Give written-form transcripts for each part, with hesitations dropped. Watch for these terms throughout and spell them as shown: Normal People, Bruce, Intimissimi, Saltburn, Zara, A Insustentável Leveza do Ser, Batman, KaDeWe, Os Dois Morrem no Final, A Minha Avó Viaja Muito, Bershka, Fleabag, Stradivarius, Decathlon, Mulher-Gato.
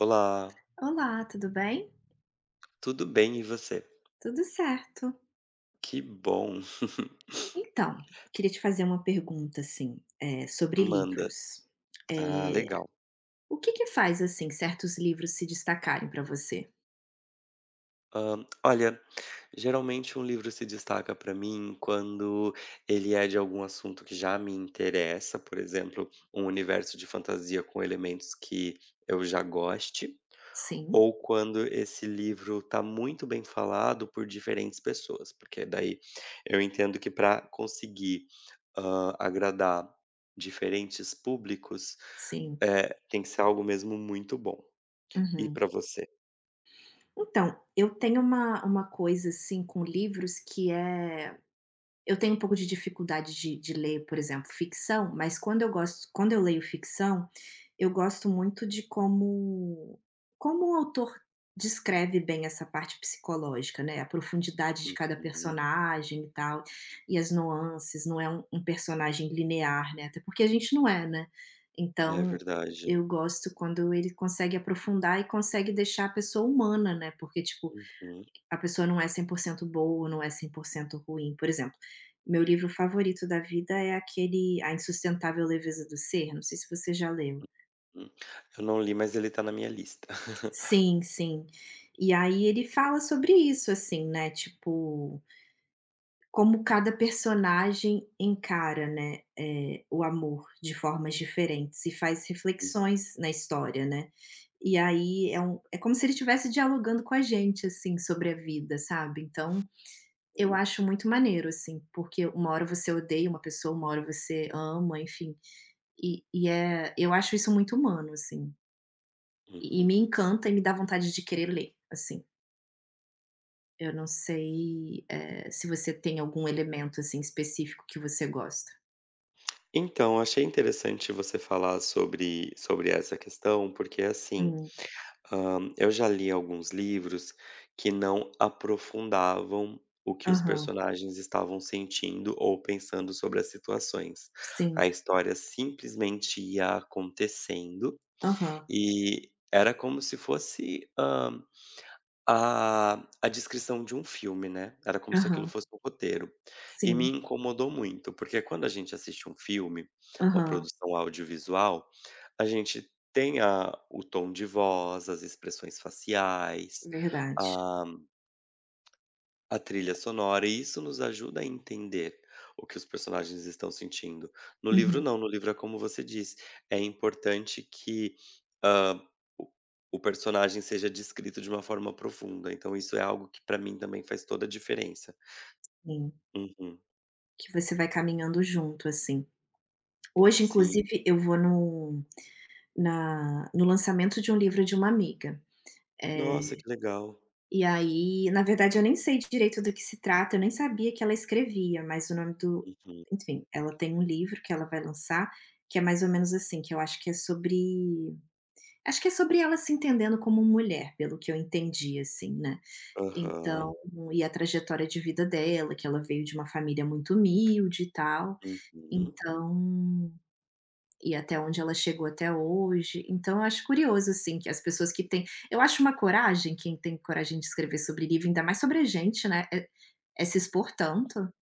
Olá, Olá, tudo bem? tudo bem e você? Tudo certo. Que bom. Então, queria te fazer uma pergunta, assim, sobre Manda. livros. Ah, Eh, legal. o que que faz, assim, certos livros se destacarem para você? Olha, geralmente um livro se destaca para mim quando ele é de algum assunto que já me interessa, por exemplo, um universo de fantasia com elementos que eu já goste. Sim, Ou quando esse livro está muito bem falado por diferentes pessoas, porque daí eu entendo que para conseguir, agradar diferentes públicos, sim. Tem que ser algo mesmo muito bom. E Uhum. para você? Então, eu tenho uma coisa, assim, com livros, que é eu tenho um pouco de dificuldade de ler, por exemplo, ficção, mas quando eu gosto, quando eu leio ficção, eu gosto muito de como o autor descreve bem essa parte psicológica, né, a profundidade de cada Uhum. personagem e tal, e as nuances, não é um personagem linear, né, até porque a gente não é, né. É Então, verdade. eu gosto quando ele consegue aprofundar e consegue deixar a pessoa humana, né, porque, tipo, Uhum, a pessoa não é 100% boa, não é 100% ruim. Por exemplo, meu livro favorito da vida é aquele A Insustentável Leveza do Ser, não sei se você já leu. hum. Eu não li, mas ele está na minha lista. Sim, sim. E aí ele fala sobre isso, assim, né, tipo, como cada personagem encara, né, o amor de formas diferentes e faz Hum. reflexões na história, né. E aí é como se ele estivesse dialogando com a gente, assim, sobre a vida, sabe. Então, eu acho muito maneiro, assim, porque uma hora você odeia uma pessoa, uma hora você ama, enfim, e eu acho isso muito humano, assim, e me Uhum. encanta e me dá vontade de querer ler, assim. Eu não sei, se você tem algum elemento, assim, específico que você gosta. Então, achei interessante você falar sobre essa questão, porque assim. Hum. Eu já li alguns livros que não aprofundavam o que os Aham. personagens estavam sentindo ou pensando sobre as situações. A Sim. história simplesmente ia acontecendo Aham. e era como se fosse a descrição de um filme, né, era como se aquilo Aham. fosse um roteiro. E me Sim. incomodou muito, porque quando a gente assiste um filme, uma Aham. produção audiovisual, a gente tem a o tom de voz, as expressões faciais, Verdade. a a trilha sonora, e isso nos ajuda a entender o que os personagens estão sentindo. No livro Uhum. não, no livro é como você disse, é importante que, hã, o o personagem seja descrito de uma forma profunda, então isso é algo que para mim também faz toda a diferença. Sim. Uhum. Que você vai caminhando junto, assim. Hoje, Sim. inclusive, eu vou no lançamento de um livro de uma amiga. Eh Nossa, que legal. E aí, na verdade, eu nem sei direito do que se trata, eu nem sabia que ela escrevia, mas o nome do Uhum. enfim, ela tem um livro que ela vai lançar, que é mais ou menos assim, que eu acho que é sobre ela se entendendo como mulher, pelo que eu entendi, assim, né. Aham. Então, e a trajetória de vida dela, que ela veio de uma família muito humilde e tal. Uhum. Então, e até onde ela chegou até hoje. Então eu acho curioso, assim, que as pessoas que têm, eu acho uma coragem, quem tem coragem de escrever sobre livro, ainda mais sobre a gente, né, é se expor tanto. O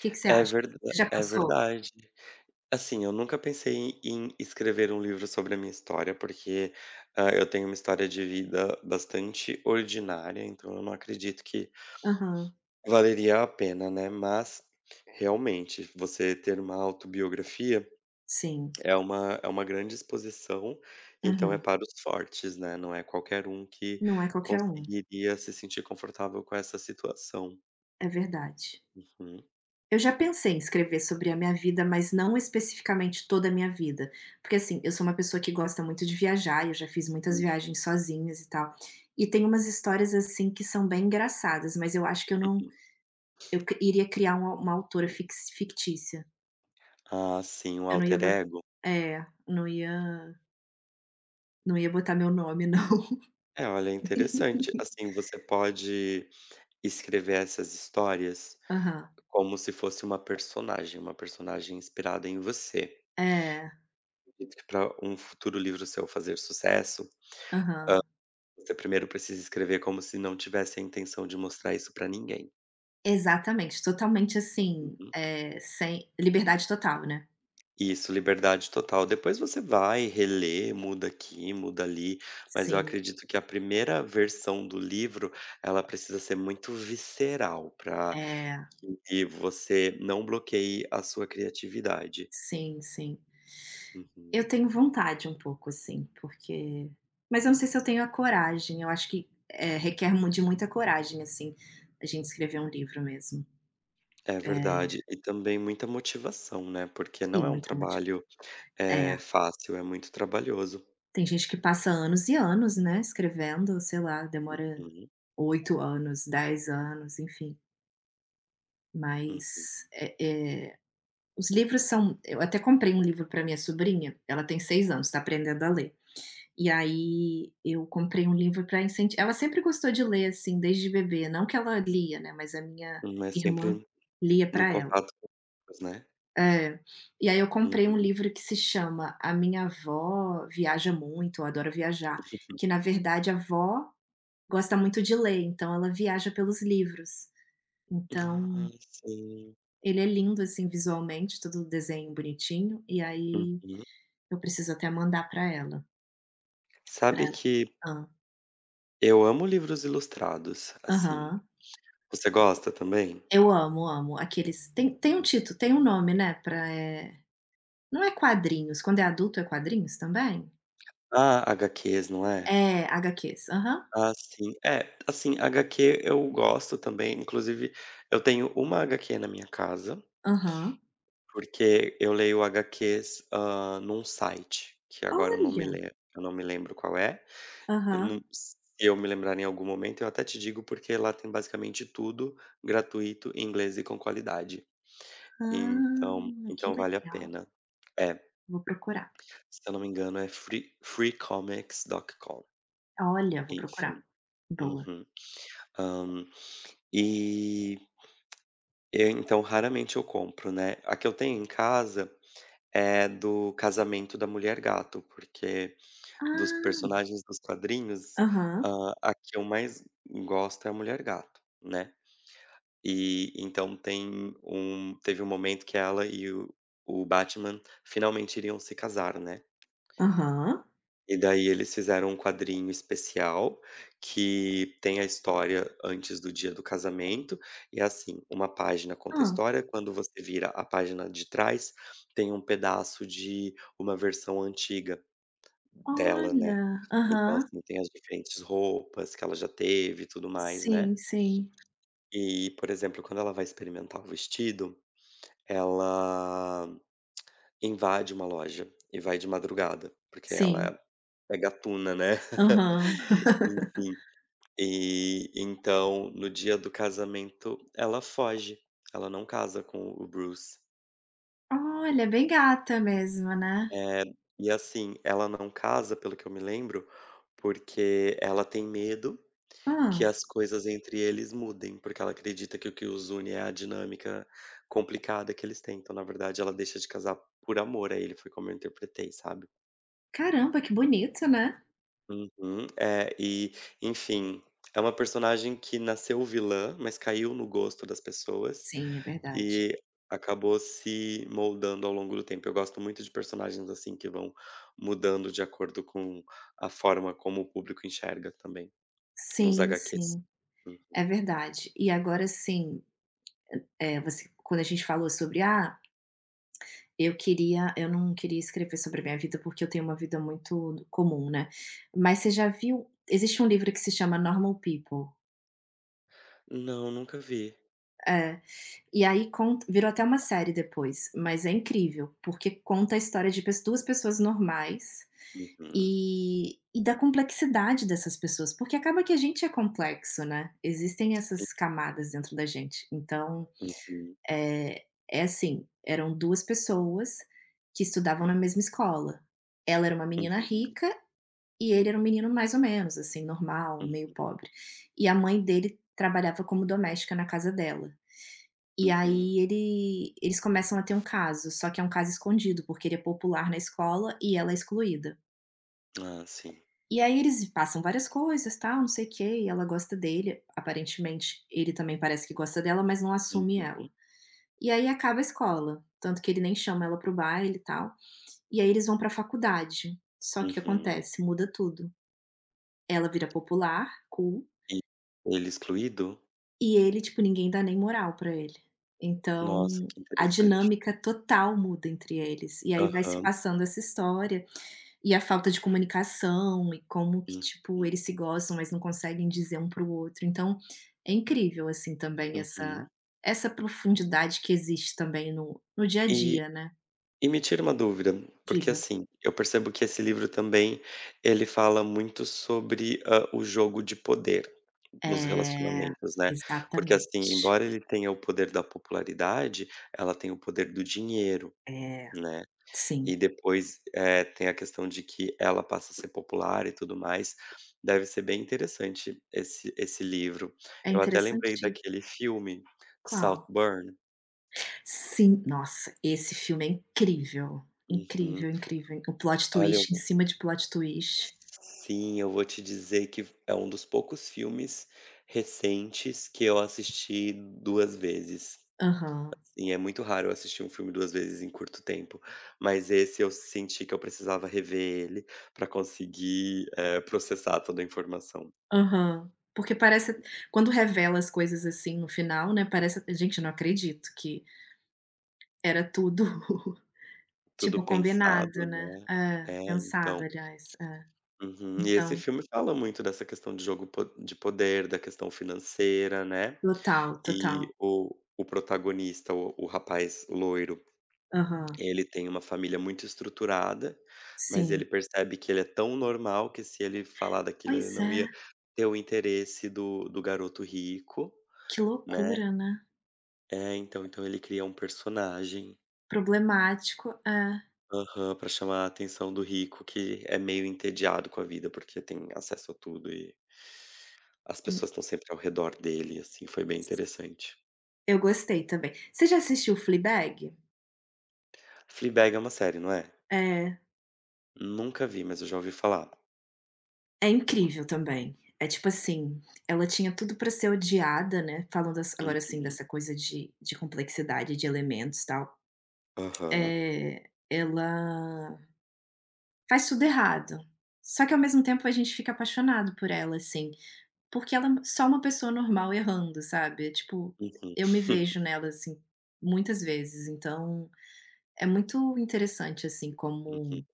Que que você É acha, assim? verda Você já É pensou? verdade. Assim, eu nunca pensei em escrever um livro sobre a minha história, porque, eu tenho uma história de vida bastante ordinária, então eu não acredito que Aham, valeria a pena, né. Mas, realmente, você ter uma autobiografia sim. é uma grande exposição, então é Uhum. para os fortes, né, não é qualquer um que Não é qualquer um, conseguiria se sentir confortável com essa situação. é verdade. Uhum, Eu já pensei em escrever sobre a minha vida, mas não especificamente toda a minha vida, porque, assim, eu sou uma pessoa que gosta muito de viajar, eu já fiz muitas uhum. viagens sozinhas e tal, e tem umas histórias, assim, que são bem engraçadas, mas eu acho que eu não. Uhum. Eu cri iria criar uma autora fix fictícia. Ah, sim, o Eu não ia alter botar. ego? É, não ia não ia botar meu nome não. É, olha, é interessante. Assim, você pode escrever essas histórias Aham. como se fosse uma personagem inspirada em você. É, Acredito que para um futuro livro seu fazer sucesso, aham. você primeiro precisa escrever como se não tivesse a intenção de mostrar isso para ninguém. Exatamente, totalmente assim, Uhum. Sem liberdade total, né. Isso, liberdade total. Depois você vai, relê, muda aqui, muda ali, mas eu Sim, acredito que a primeira versão do livro, ela precisa ser muito visceral para é, que você não bloqueie a sua criatividade. sim, sim. Uhum. Eu tenho vontade um pouco assim, porque, mas eu não sei se eu tenho a coragem, eu acho que, requer mu de muita coragem, assim, a gente escrever um livro mesmo. É É, verdade. E também muita motivação, né, porque e não é um muita trabalho, motivação. É. é fácil, é muito trabalhoso. Tem gente que passa anos e anos, né, escrevendo, sei lá, demora Uhum, 8 anos, 10 anos, enfim. uhum. Mas, os livros são eu até comprei um livro para minha sobrinha, ela tem 6 anos, está aprendendo a ler. E aí eu comprei um livro para incentivar. Ela sempre gostou de ler, assim, desde bebê, não que ela lia, né, mas a minha Hum. Mas irmã sempre lia no para ela. contato com pessoas, né. É. E aí eu Uhum, comprei um uhum. livro que se chama A Minha Avó Viaja Muito ou Adora Viajar, que na verdade a avó gosta muito de ler, então ela viaja pelos livros. Ah, Então, sim. ele é lindo assim visualmente, todo o desenho bonitinho, e aí Uhum. eu preciso até mandar pra ela, pra Sabe que hã, eu amo livros ilustrados, assim. aham. Você gosta também? Eu amo, amo. Aqueles tem um Uhum. título, tem um nome, né, é, não é quadrinhos, quando é adulto é quadrinhos também? Ah, HQs, não é? É, HQs. Aham, Ah, sim. É, assim, HQ eu gosto também, inclusive eu tenho uma HQ na minha casa. aham. Porque eu leio HQs, num site, que agora Olha! Eu não me lembro qual é. eu não Aham. se eu me lembrar em algum momento, eu até te digo, porque lá tem basicamente tudo gratuito, em inglês e com qualidade. Então Ah, que então vale a legal. pena. É, Vou procurar. se eu não me engano é freecomics.com, Olha, vou enfim. procurar. Boa. Uhum. Hã, e eu então raramente eu compro, né. A que eu tenho em casa é do Casamento da Mulher Gato, porque dos Ah, personagens dos quadrinhos, aham. A que eu mais gosto é a Mulher-Gato, né. E então tem um teve um momento que ela e o Batman finalmente iriam se casar, né. Aham. E daí eles fizeram um quadrinho especial, que tem a história antes do dia do casamento, e é assim, uma página Hã. conta a história, quando você vira a página de trás, tem um pedaço de uma versão antiga dela, né. Olha. Então, Aham. assim, tem as diferentes roupas que ela já teve e tudo mais, né. Sim, sim. E, por exemplo, quando ela vai experimentar o vestido, ela invade uma loja e vai de madrugada, porque Sim. ela é gatuna, né. Aham. Enfim, e então no dia do casamento ela foge, ela não casa com o Bruce. Olha, bem gata mesmo, né. Eh, e assim, ela não casa, pelo que eu me lembro, porque ela tem medo que Hã. as coisas entre eles mudem, porque ela acredita que o que os une é a dinâmica complicada que eles têm. Então, na verdade, ela deixa de casar por amor a ele, foi como eu interpretei, sabe. Caramba, que bonito, né. Uhum. É, e, enfim, é uma personagem que nasceu vilã, mas caiu no gosto das pessoas Sim, é verdade. e acabou se moldando ao longo do tempo. Eu gosto muito de personagens assim que vão mudando de acordo com a forma como o público enxerga também, nos Sim, HQs. sim. Hum. É verdade. E agora assim, você, quando a gente falou sobre: "Ah, eu não queria escrever sobre a minha vida, porque eu tenho uma vida muito comum", né. Mas você já viu? Existe um livro que se chama Normal People. Não, nunca vi. É. E aí conta virou até uma série depois, mas é incrível, porque conta a história de pes duas pessoas normais, Uhum. e da complexidade dessas pessoas, porque acaba que a gente é complexo, né, existem Sim. essas camadas dentro da gente. Então, Uhum. É assim, eram 2 pessoas que estudavam na mesma escola. Ela era uma menina Uhum. rica e ele era um menino mais ou menos, assim, normal, meio Uhum. pobre. E a mãe dele trabalhava como doméstica na casa dela. E Uhum. aí eles começam a ter um caso, só que é um caso escondido, porque ele é popular na escola e ela é excluída. Ah, sim. E aí eles passam várias coisas, tal, não sei o quê, e ela gosta dele, aparentemente ele também parece que gosta dela, mas não assume ela. Uhum. E aí acaba a escola, tanto que ele nem chama ela pro baile e tal. E aí eles vão pra faculdade. Só que o que Uhum. acontece? Muda tudo. Ela vira popular, cool, E ele excluído? e ele, tipo, ninguém dá nem moral pra ele. Nossa, Então, que a interessante. dinâmica total muda entre eles. E aí vai se Aham. passando essa história, e a falta de comunicação, e como que, tipo, Uhum. eles se gostam, mas não conseguem dizer um para o outro. Então, é incrível, assim, também essa Uhum. essa profundidade que existe também no dia a E dia, né. e me tira uma dúvida, porque, Diga. assim, eu percebo que esse livro também, ele fala muito sobre, o jogo de poder nos É, relacionamentos, né, porque, assim, exatamente. embora ele tenha o poder da popularidade, ela tem o poder do dinheiro, É, né. sim. E depois, tem a questão de que ela passa a ser popular e tudo mais. Deve ser bem interessante esse livro. É Eu até lembrei interessante. daquele filme, Qual? Saltburn. Sim, nossa, esse filme é incrível, Uhum. incrível, incrível. O plot Olha, eu twist em vou cima de plot twist. sim, eu vou te dizer que é um dos poucos filmes recentes que eu assisti 2 vezes. Aham, E é muito raro eu assistir um filme 2 vezes em curto tempo, mas esse eu senti que eu precisava rever ele para conseguir, processar toda a informação. aham. Porque parece, quando revela as coisas, assim, no final, né, parece: "Gente, eu não acredito que era tudo, Tudo tipo, pensado, combinado, né". né. É, É, pensado, então. aliás, é. Uhum. E esse Então, filme fala muito dessa questão de jogo po de poder, da questão financeira, né. total, total. E o protagonista, o rapaz loiro, Aham, ele tem uma família muito estruturada, mas ele sim. percebe que ele é tão normal que se ele falar daquilo, ele Pois não é, ia ter o interesse do garoto rico, que né. loucura, né. É, então ele cria um personagem, Problemático, é. aham, pra chamar a atenção do rico que é meio entediado com a vida, porque tem acesso a tudo e as Hum, pessoas estão sempre ao redor dele, assim, foi bem interessante. eu gostei também. Você já assistiu Fleabag? Fleabag é uma série, não é? É. Nunca vi, mas eu já ouvi falar. É incrível também. É tipo assim, ela tinha tudo pra ser odiada, né, falando ass agora assim Uhum. dessa coisa de complexidade de elementos tal, Aham. Ela faz tudo errado. Só que ao mesmo tempo a gente fica apaixonado por ela, assim, porque ela é só uma pessoa normal errando, sabe, é tipo, Uhum. eu me vejo nela, assim, muitas vezes, então é muito interessante, assim, Uhum. como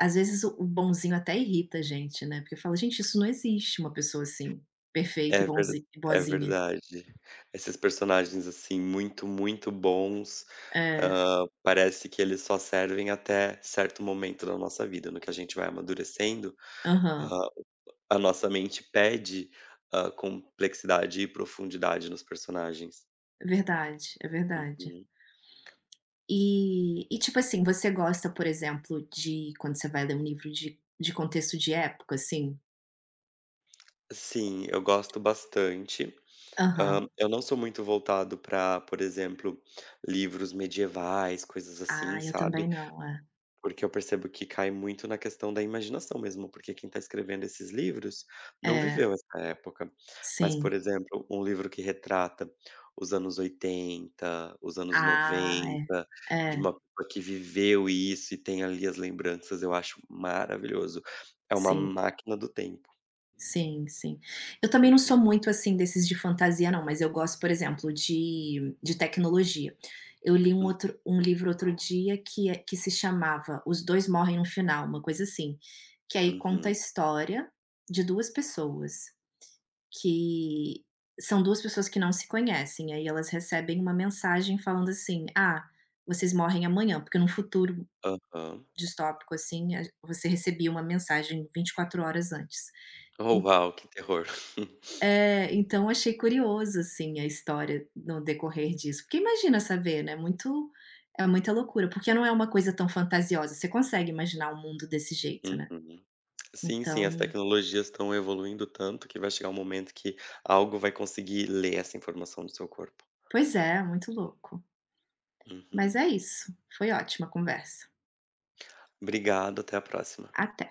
Às vezes o bonzinho até irrita a gente, né, porque eu falo: "Gente, isso não existe uma pessoa assim, perfeita e É verda bonzi e É boazinha". verdade. Esses personagens, assim, muito, muito bons, É, parece que eles só servem até certo momento da nossa vida, no que a gente vai amadurecendo. aham. A nossa mente pede, complexidade e profundidade nos personagens. É verdade, é verdade. Uhum. E tipo assim, você gosta, por exemplo, de quando você vai ler um livro de contexto de época, assim? Sim, eu gosto bastante. Aham. Eu não sou muito voltado para por exemplo, livros medievais, coisas Ah, assim, eu também sabe. não, é. Porque eu percebo que cai muito na questão da imaginação mesmo, porque quem está escrevendo esses livros não É, viveu essa época. Mas, por sim. exemplo, um livro que retrata os anos 80, os anos Ah, 90, é. de É, uma pessoa que viveu isso e tem ali as lembranças, eu acho maravilhoso. É uma sim. máquina do tempo. Sim, sim. Eu também não Uhum, sou muito, assim, desses de fantasia não, mas eu gosto, por exemplo, de tecnologia. Eu li um hum, outro um livro outro dia, que se chamava Os Dois Morrem no Final, uma coisa assim, que aí conta a uhum, história de 2 pessoas, que são 2 pessoas que não se conhecem, aí elas recebem uma mensagem falando assim: "Ah, vocês morrem amanhã", porque num futuro aham. distópico, assim, a você recebia uma mensagem 24 horas antes. Oh, uau, que terror. É, então achei curioso, assim, a história no decorrer disso, porque imagina saber, né, muito é muita loucura, porque não é uma coisa tão fantasiosa, você consegue imaginar um mundo desse jeito, né. Uhum. Sim, sim, as Então, tecnologias estão evoluindo tanto que vai chegar um momento que algo vai conseguir ler essa informação do seu corpo. pois é, muito louco. Mas Uhum. é isso, foi ótima a conversa. Obrigado, até a próxima. Até.